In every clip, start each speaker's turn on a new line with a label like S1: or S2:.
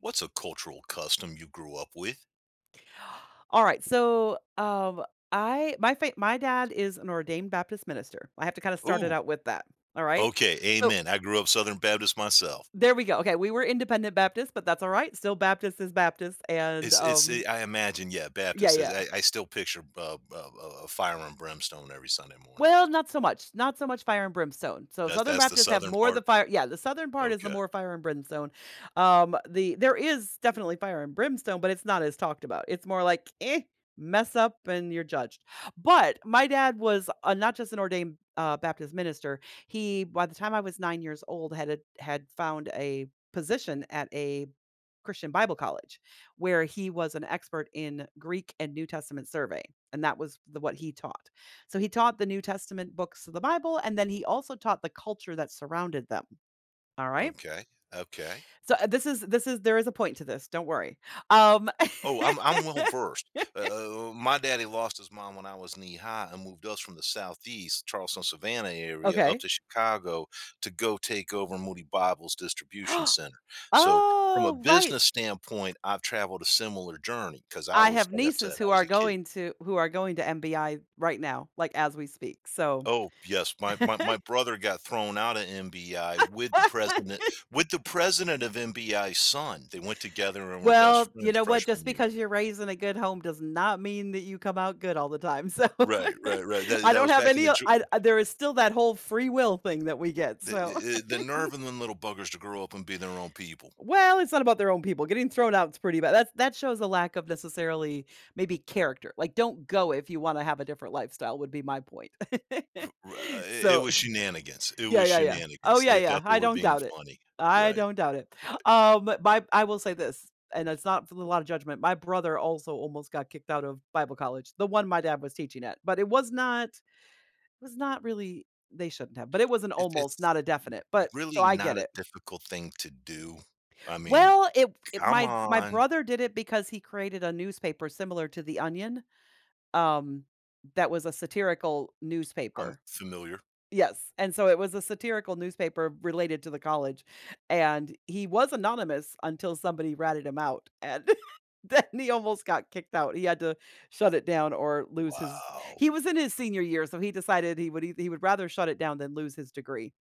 S1: What's a cultural custom you grew up with?
S2: All right. My dad is an ordained Baptist minister. I have to kind of start it
S1: Ooh,
S2: out with that. All right.
S1: okay,
S2: So
S1: amen. I grew up Southern Baptist myself.
S2: there we go. Okay, we were independent Baptist, but that's all right. Still Baptist is Baptist, and
S1: It's
S2: um,
S1: I imagine, yeah,
S2: yeah,
S1: Baptist is
S2: yeah.
S1: I still picture fire and brimstone every Sunday morning.
S2: Well, not so much, not so much fire and brimstone. So
S1: That's
S2: Southern
S1: that's the
S2: Baptists have
S1: southern
S2: more of the
S1: part.
S2: fire, yeah, the southern part is the
S1: Okay,
S2: more fire and brimstone. There is definitely fire and brimstone, but it's not as talked about. It's more like, "Eh, mess up and you're judged." But my dad was, not just an ordained, Baptist minister. He, by the time I was 9 years old, had found a position at a Christian Bible college where he was an expert in Greek and New Testament survey, and that was the what he taught. So he taught the New Testament books of the Bible, and then he also taught the culture that surrounded them. All right?
S1: okay, okay.
S2: So this is there is a point to this, don't worry. Um.
S1: Oh, I'm well versed. My daddy lost his mom when I was knee high and moved us from the southeast, Charleston, Savannah area up
S2: Okay.
S1: to Chicago to go take over Moody Bible's distribution center. So, from a
S2: Oh, right.
S1: business standpoint, I've traveled a similar journey because I
S2: I
S1: was,
S2: have
S1: like I said,
S2: nieces
S1: I
S2: who
S1: was
S2: are
S1: a kid.
S2: going to MBI right now, like as we speak. So.
S1: Oh yes, my brother got thrown out of MBI with the president with the president of MBI's son. They went together and were best
S2: Well, you
S1: friends
S2: know what?
S1: freshman
S2: Just
S1: year.
S2: because you're raised in a good home does not mean that you come out good all the time. So.
S1: Right, right, right. That
S2: I
S1: that
S2: don't
S1: was
S2: have
S1: back in
S2: any
S1: the
S2: o I There is still that whole free will thing that we get.
S1: The
S2: So.
S1: I the nerve in them little buggers to grow up and be their own people.
S2: Well, it's not about their own people. Getting thrown out's pretty bad. That's that shows a lack of necessarily maybe character. Like, don't go if you wanna have a different lifestyle would be my point.
S1: B r It
S2: So.
S1: was shenanigans. It
S2: Yeah,
S1: was
S2: yeah, yeah. Oh,
S1: shenanigans.
S2: yeah,
S1: They
S2: yeah,
S1: thought they
S2: I
S1: were
S2: don't
S1: being
S2: doubt it.
S1: funny.
S2: I
S1: Right,
S2: don't doubt it.
S1: right.
S2: But my, I will say this, and it's not for a lot of judgment. My brother also almost got kicked out of Bible college, the one my dad was teaching at, but it was not really, they shouldn't have, but it was an
S1: It
S2: almost,
S1: it's
S2: not a definite. But so
S1: really
S2: I
S1: not
S2: get
S1: a
S2: it.
S1: difficult thing to do. I mean,
S2: Well, it
S1: come
S2: my
S1: on.
S2: brother did it because he created a newspaper similar to The Onion, um, that was a satirical
S1: I'm
S2: newspaper.
S1: familiar.
S2: Yes, and so it was a satirical newspaper related to the college, and he was anonymous until somebody ratted him out, and then he almost got kicked out. He had to shut it down or lose his—
S1: Wow.
S2: he was in his senior year, so he decided he would eith he would rather shut it down than lose his degree.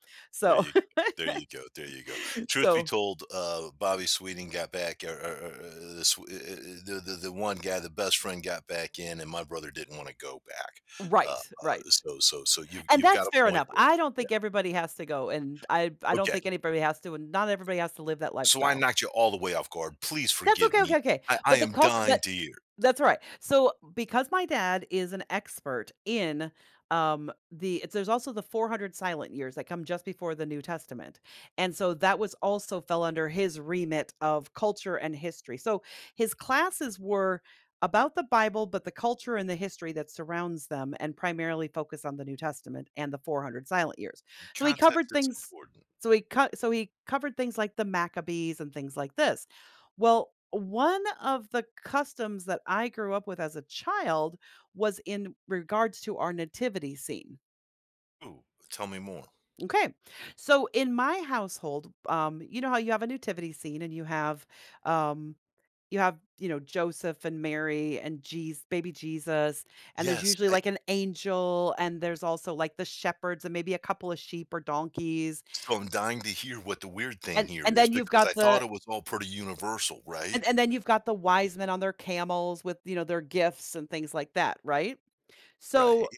S1: There
S2: So.
S1: you there you go, there you go. Truth be
S2: So
S1: told, Bobby Sweeting got back, or the one guy, the best friend, got back in, and my brother didn't want to go back.
S2: right, right,
S1: So you've
S2: and
S1: got
S2: that's
S1: a
S2: fair
S1: point
S2: enough.
S1: there.
S2: I don't
S1: Yeah,
S2: think everybody has to go, and I
S1: yeah.
S2: don't
S1: Okay,
S2: think anybody has to, and not everybody has to live that
S1: so I
S2: lifestyle.
S1: knocked you all the way off guard. Please
S2: That's
S1: forgive
S2: okay,
S1: me.
S2: okay, okay.
S1: I
S2: But the
S1: am
S2: culture,
S1: dying
S2: but
S1: to hear.
S2: that's all right. So, because my dad is an expert in, there's also the 400 silent years that come just before the New Testament, and so that was also fell under his remit of culture and history. So, his classes were about the Bible, but the culture and the history that surrounds them, and primarily focused on the New Testament and the 400 silent years. So, he covered
S1: Context is
S2: things
S1: important.
S2: so he cut so he covered things like the Maccabees and things like this. Well, one of the customs that I grew up with as a child was in regards to our nativity scene.
S1: Ooh, tell me more.
S2: Okay. So in my household, you know how you have a nativity scene, and you have um you have, you know, Joseph and Mary and Jesus, baby Jesus, and there's
S1: Yes,
S2: usually like an angel, and there's also like the shepherds and maybe a couple of sheep or donkeys.
S1: so I'm dying to hear what the weird thing
S2: And
S1: here
S2: and
S1: is
S2: then you've
S1: because I
S2: got
S1: thought
S2: the
S1: it was all pretty universal, right?
S2: and then you've got the wise men on their camels with, you know, their gifts and things like that, right? So,
S1: Right.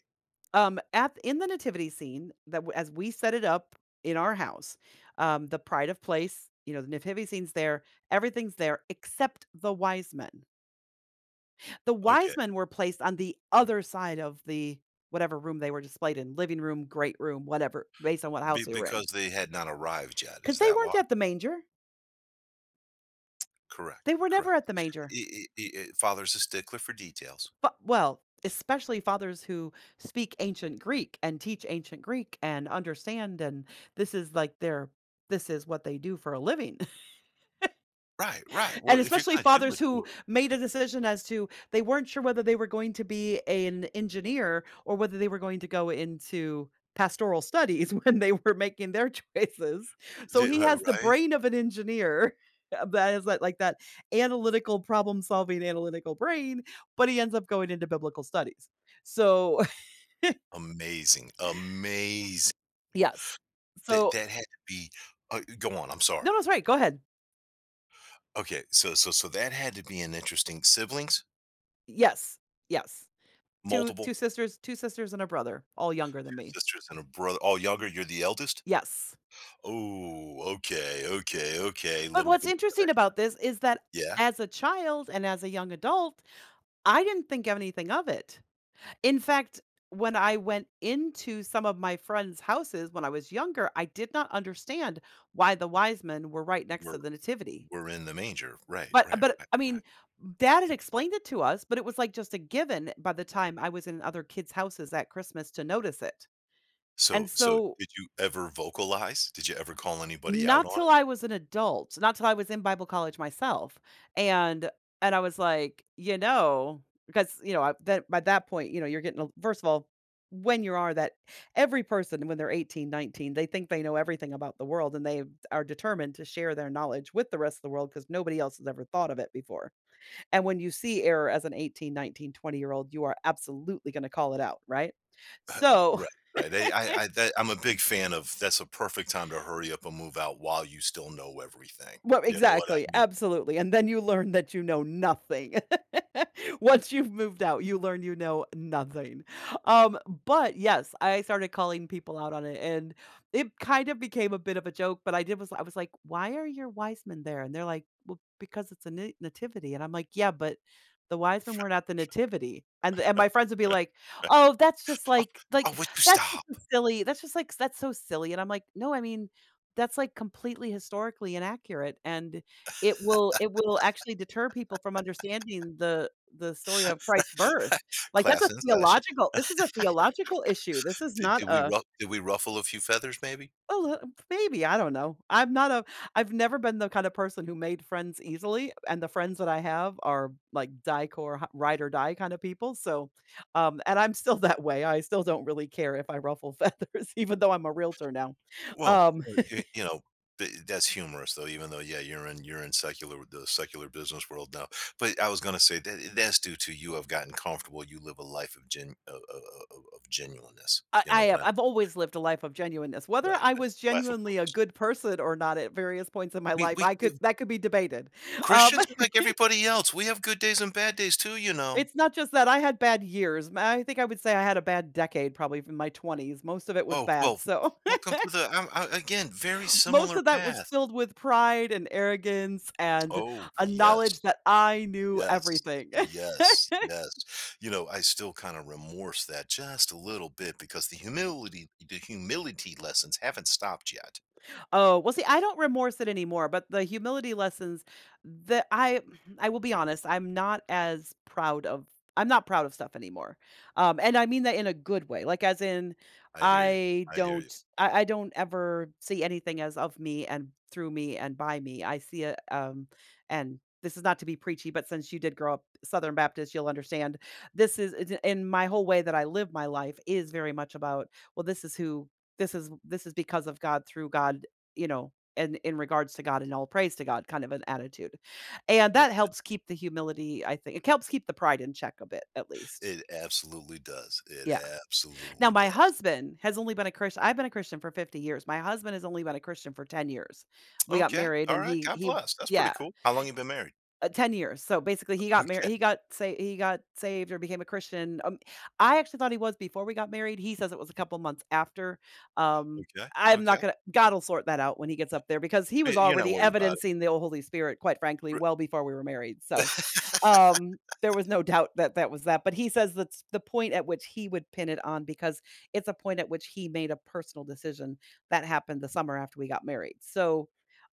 S2: at in the nativity scene that as we set it up in our house, the pride of place, you know, the nativity scene's there, everything's there except the wise men. The
S1: Okay.
S2: wise men were placed on the other side of the whatever room they were displayed in, living room, great room, whatever, based on what
S1: Be
S2: house we were in,
S1: Because they had not arrived yet,
S2: because
S1: is
S2: they
S1: that
S2: weren't
S1: why?
S2: at the manger. They
S1: Correct,
S2: were never
S1: correct.
S2: at the manger.
S1: Father's a stickler for details.
S2: But well, especially fathers who speak ancient Greek and teach ancient Greek and understand, and this is like their— this is what they do for a living.
S1: Right, right,
S2: And
S1: well, if you're
S2: especially
S1: gonna
S2: fathers
S1: do
S2: who
S1: it
S2: made a decision as to, they weren't sure whether they were going to be an engineer or whether they were going to go into pastoral studies when they were making their choices. So
S1: d
S2: he has the
S1: right?
S2: brain of an engineer, that is that like that analytical problem solving, analytical brain, but he ends up going into biblical studies. So
S1: Amazing, amazing.
S2: yes.
S1: That
S2: So
S1: that had to be go on, I'm
S2: no,
S1: sorry.
S2: that's right. Go ahead.
S1: Okay, so that had to be an interesting siblings?
S2: Yes. Yes. Two
S1: Multiple?
S2: two sisters, two sisters and a brother, all
S1: Two
S2: younger than me.
S1: sisters and a brother all younger, you're the eldest?
S2: Yes.
S1: Oh, okay, okay, okay,
S2: But
S1: little
S2: what's
S1: bit.
S2: interesting about this is that
S1: Yeah,
S2: as a child and as a young adult, I didn't think of anything of it. In fact, when I went into some of my friends' houses when I was younger, I did not understand why the wise men were right next
S1: we're
S2: to the nativity.
S1: we're in the manger, right,
S2: But
S1: right,
S2: but
S1: right,
S2: I
S1: right.
S2: mean, dad had explained it to us, but it was like just a given by the time I was in other kids' houses at Christmas to notice it.
S1: So
S2: And
S1: so
S2: so,
S1: did you ever vocalize? Did you ever call anybody out
S2: not
S1: on
S2: till
S1: it?
S2: I was an adult, not till I was in Bible college myself, and and I was like, you know, because, you know, I that by that point, you know, you're getting a— first of all, when you are that— every person when they're 18, 19, they think they know everything about the world, and they are determined to share their knowledge with the rest of the world because nobody else has ever thought of it before, and when you see error as an 18, 19, 20 year old, you are absolutely gonna call it out, right? So.
S1: Right, right. I that I'm a big fan of that's a perfect time to hurry up and move out while you still know everything.
S2: Well,
S1: You know what I
S2: exactly,
S1: mean?
S2: absolutely, and then you learn that you know nothing. Once you've moved out, you learn you know nothing. Um, but yes, I started calling people out on it, and it kind of became a bit of a joke, but I was like, "Why are your wise men there?" And they're like, "Well, because it's a na nativity." And I'm like, "Yeah, but the wise men weren't at the nativity." And and my friends would be like, "Oh, that's just
S1: "Oh, oh, would you
S2: that's
S1: stop?
S2: just a silly— that's just like that's so silly." And I'm like, "No, I mean, that's, like, completely historically inaccurate, and it will actually deter people from understanding the story of Christ's birth. Like, that's
S1: Class
S2: a
S1: in session.
S2: theological— this is a theological issue. This is
S1: Did
S2: not
S1: did we
S2: a,
S1: ruff did we ruffle a few feathers maybe?
S2: 'Oh, maybe,' I don't know. I'm not a— I've never been the kind of person who made friends easily, and the friends that I have are, like, die core h ride or die kind of people, so, and I'm still that way. I still don't really care if I ruffle feathers, even though I'm a realtor now.
S1: Well,
S2: Um.
S1: y you know, th that's humorous though, even though, yeah, you're in secular the secular business world now. But I was gonna say that that's due to you have gotten comfortable, you live a life of genuineness. You know
S2: I
S1: what I
S2: have.
S1: mean?
S2: I've always lived a life of genuineness. Whether
S1: Right,
S2: I
S1: right.
S2: was
S1: Life of
S2: genuinely a
S1: purpose.
S2: good person or not at various points in my life,
S1: We
S2: I could— that could be debated. Um,
S1: Christians are like everybody else. We have good days and bad days too, you know.
S2: it's not just that I had bad years. I think I would say I had a bad decade, probably in my 20s. Most of it was
S1: Oh,
S2: bad.
S1: well,
S2: So
S1: welcome to the I'm I again, very
S2: most
S1: similar
S2: of that was
S1: path.
S2: filled with pride and arrogance and
S1: Oh,
S2: a
S1: yes.
S2: knowledge that I knew
S1: Yes,
S2: everything.
S1: yes, yes. You know, I still kind of remorse that just a little bit because the humility lessons haven't stopped yet.
S2: Oh, well, see, I don't remorse it anymore, but the humility lessons that I will be honest, I'm not as proud of— I'm not proud of stuff anymore. And I mean that in a good way. Like as in
S1: I hear you.
S2: I
S1: I hear you.
S2: don't I don't ever see anything as of me and through me and by me. I see it and this is not to be preachy, but since you did grow up Southern Baptist, you'll understand. This is it's In my whole way that I live my life is very much about, well, this is who— this is because of God, through God, you know, and in regards to God, and all praise to God kind of an attitude. And
S1: It,
S2: that helps keep the humility, I think. It helps keep the pride in check a bit at least.
S1: it absolutely does. It
S2: Yeah. Now
S1: absolutely
S2: my
S1: does.
S2: husband has only been a Christian— I've been a Christian for 50 years. My husband has only been a Christian for 10 years. We got
S1: Okay.
S2: married
S1: All
S2: and
S1: right.
S2: he
S1: God
S2: he
S1: bless. That's pretty
S2: yeah.
S1: cool. How long you been married?
S2: 10 years. So basically he got married he
S1: Okay.
S2: got say he got saved or became a Christian. I actually thought he was before we got married. He says it was a couple months after. Um,
S1: Okay,
S2: I'm not
S1: okay.
S2: gonna God'll sort that out when he gets up there because he was
S1: Y you're not
S2: already
S1: worried about it.
S2: evidencing the Holy Spirit, quite frankly,
S1: R
S2: well before we were married. So, there was no doubt that that was that. But he says that's the point at which he would pin it on because it's a point at which he made a personal decision that happened the summer after we got married. So,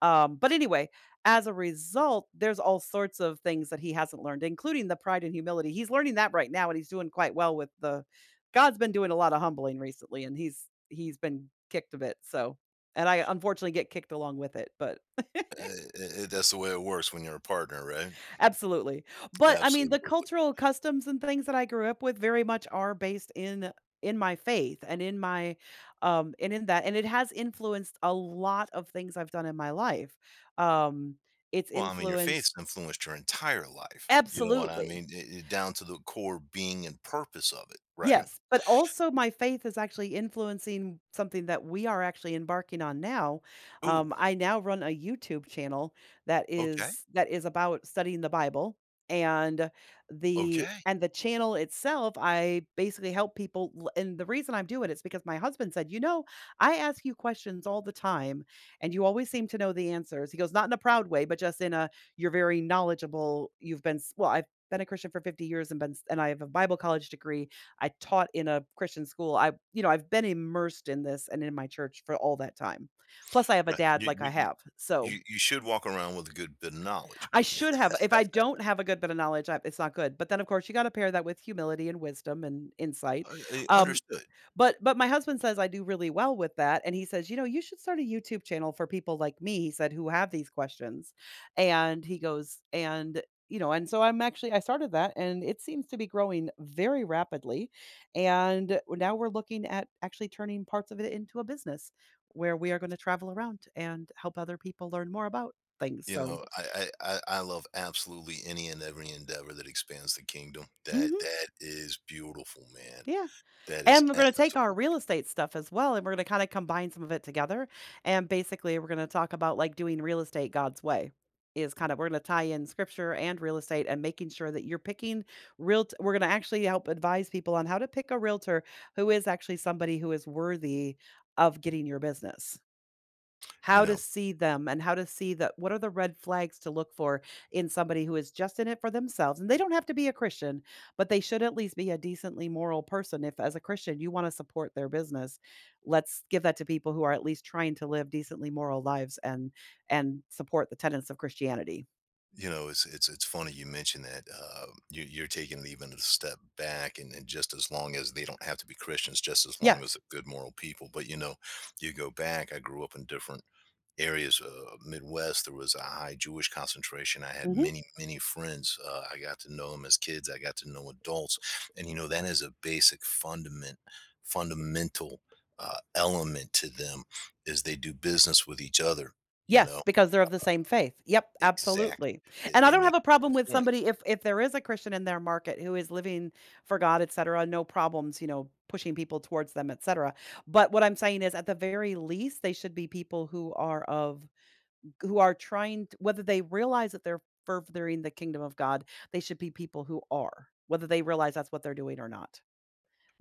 S2: but anyway, as a result, there's all sorts of things that he hasn't learned, including the pride and humility. He's learning that right now, and he's doing quite well with the God's been doing a lot of humbling recently, and he's been kicked a bit, so and I unfortunately get kicked along with it, but
S1: that's the way it works when you're a partner, right?
S2: absolutely. But, I mean, the
S1: Absolutely.
S2: cultural customs and things that I grew up with very much are based in my faith and in my and in that and it has influenced a lot of things I've done in my life. Um, it's
S1: Well, I mean, your faith's
S2: influenced
S1: influenced your entire life, you know what I
S2: Absolutely.
S1: mean? I, down to the core being and purpose of it, right?
S2: Yes, but also my faith is actually influencing something that we are actually embarking on now.
S1: Ooh,
S2: I now run a YouTube channel that
S1: okay,
S2: is that is about studying the Bible and
S1: okay.
S2: and the channel itself I basically help people and the reason I'm doing it's because my husband said, "You know, I ask you questions all the time and you always seem to know the answers." He goes, "Not in a proud way, but just in a you're very knowledgeable. You've been well, I've been a Christian for 50 years and been and I have a Bible college degree I taught in a Christian school. I you know, I've been immersed in this and in my church for all that time. Plus, I have a
S1: Right,
S2: dad
S1: you
S2: like
S1: you
S2: I
S1: you
S2: have. So,
S1: you you should walk around with a good bit of knowledge.
S2: I should have if I don't have a good bit of knowledge, I it's not good. But then, of course, you gotta pair that with humility and wisdom and insight.
S1: I
S2: Um
S1: understood,
S2: but my husband says I do really well with that, and he says, "You know, you should start a YouTube channel for people like me," he said, "who have these questions." And he goes, and you know, and so I'm actually I started that and it seems to be growing very rapidly. And now we're looking at actually turning parts of it into a business where we are going to travel around and help other people learn more about things.
S1: you
S2: So,
S1: know, I love absolutely any and every endeavor that expands the kingdom. That
S2: mhm.
S1: that is beautiful, man.
S2: Yeah.
S1: That is
S2: And we're going to take our
S1: absolutely.
S2: real estate stuff as well, and we're going to kind of combine some of it together. And basically, we're going to talk about like doing real estate God's way is kind of we're going to tie in scripture and real estate and making sure that you're picking real we're going to actually help advise people on how to pick a realtor who is actually somebody who is worthy of getting your business.
S1: you
S2: How to
S1: know
S2: see them and how to see that what are the red flags to look for in somebody who is just in it for themselves, and they don't have to be a Christian, but they should at least be a decently moral person. If as a Christian you want to support their business, let's give that to people who are at least trying to live decently moral lives and support the tenets of Christianity.
S1: You know, it's funny you mention that you, you're taking it even a step back, and just as long as they don't have to be Christians, just as long as
S2: Yes.
S1: they're good moral people. But you know, you go back. I grew up in different areas, Midwest. There was a high Jewish concentration. I had
S2: Mhm.
S1: many many friends. I got to know them as kids. I got to know adults, and you know that is a basic fundamental element to them is they do business with each other. You
S2: Yes,
S1: know.
S2: because they're of the same faith. Yep,
S1: Exactly.
S2: absolutely. And I
S1: They
S2: don't
S1: make
S2: have a problem with
S1: a point.
S2: somebody if there is a Christian in their market who is living for God, et cetera, no problems, you know, pushing people towards them, et cetera. But what I'm saying is at the very least, they should be people who are of who are trying to, whether they realize that they're furthering the kingdom of God, they should be people who are, whether they realize that's what they're doing or not.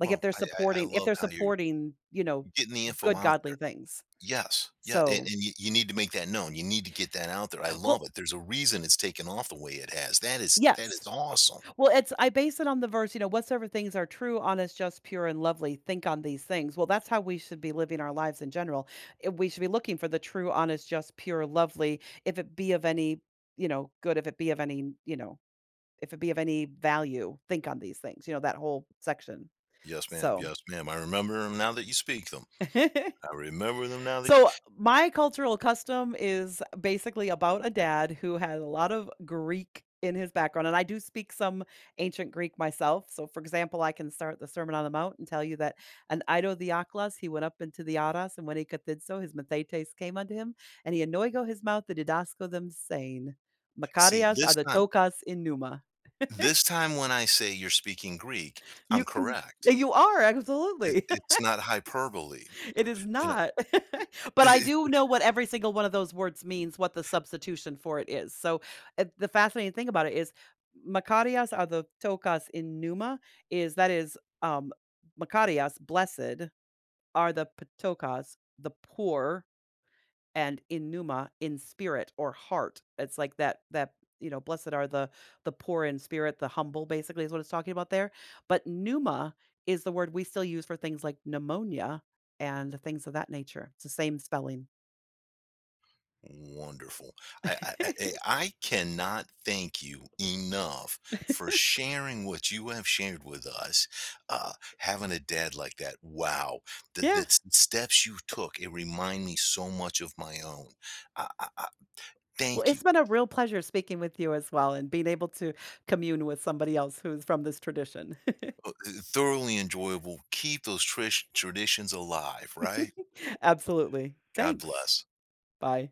S2: Like if
S1: Well,
S2: they're
S1: I
S2: supporting if
S1: love
S2: they're
S1: how you're
S2: supporting, you know,
S1: getting the info
S2: good
S1: out
S2: godly
S1: there.
S2: things.
S1: Yes. Yeah, and
S2: So,
S1: you you need to make that known. You need to get that out there. I love
S2: well,
S1: it. There's a reason it's taken off the way it has. That is
S2: yes.
S1: awesome.
S2: Well, it's I base it on the verse, you know, whatsoever things are true, honest, just, pure, and lovely, think on these things. Well, that's how we should be living our lives in general. Eh, we should be looking for the true, honest, just, pure, lovely, if it be of any, you know, good, if it be of any, you know, if it be of any value, think on these things, you know, that whole section.
S1: Yes, ma'am.
S2: So
S1: Yes, ma'am. I remember them now that you speak them. I remember them now that you
S2: So, my cultural custom is basically about a dad who had a lot of Greek in his background, and I do speak some ancient Greek myself. So, for example, I can start the Sermon on the Mount and tell you that an Ido Diaklos, he went up into the Aras, and when he did so, his methetes came unto him, and he anoigo his mouth the didasco them, saying,
S1: See,
S2: Makarios are the tokas in Numa."
S1: this time when I say you're speaking Greek, I'm
S2: You can
S1: correct.
S2: you are, absolutely.
S1: It's not hyperbole.
S2: It is
S1: You know?
S2: not. But I do know what every single one of those words means, what the substitution for it is. So, the fascinating thing about it is Makarios are the tokas in Numa is that is, Makarios, blessed, are the patokas, the poor and in pneuma in spirit or heart. It's like that you know, blessed are the poor in spirit, the humble basically is what it's talking about there. But pneuma is the word we still use for things like pneumonia and things of that nature. It's the same spelling.
S1: Wonderful. I, I I I I cannot thank you enough for sharing what you have shared with us. Uh, having a dad like that, wow! The, the
S2: Yeah.
S1: s- steps you took, it remind me so much of my own. I, I, I,
S2: Well,
S1: thank you.
S2: it's been a real pleasure speaking with you as well and being able to commune with somebody else who's from this tradition.
S1: Uh, Thoroughly enjoyable. Keep those traditions alive. Right.
S2: Absolutely.
S1: God
S2: Thanks.
S1: bless.
S2: Bye.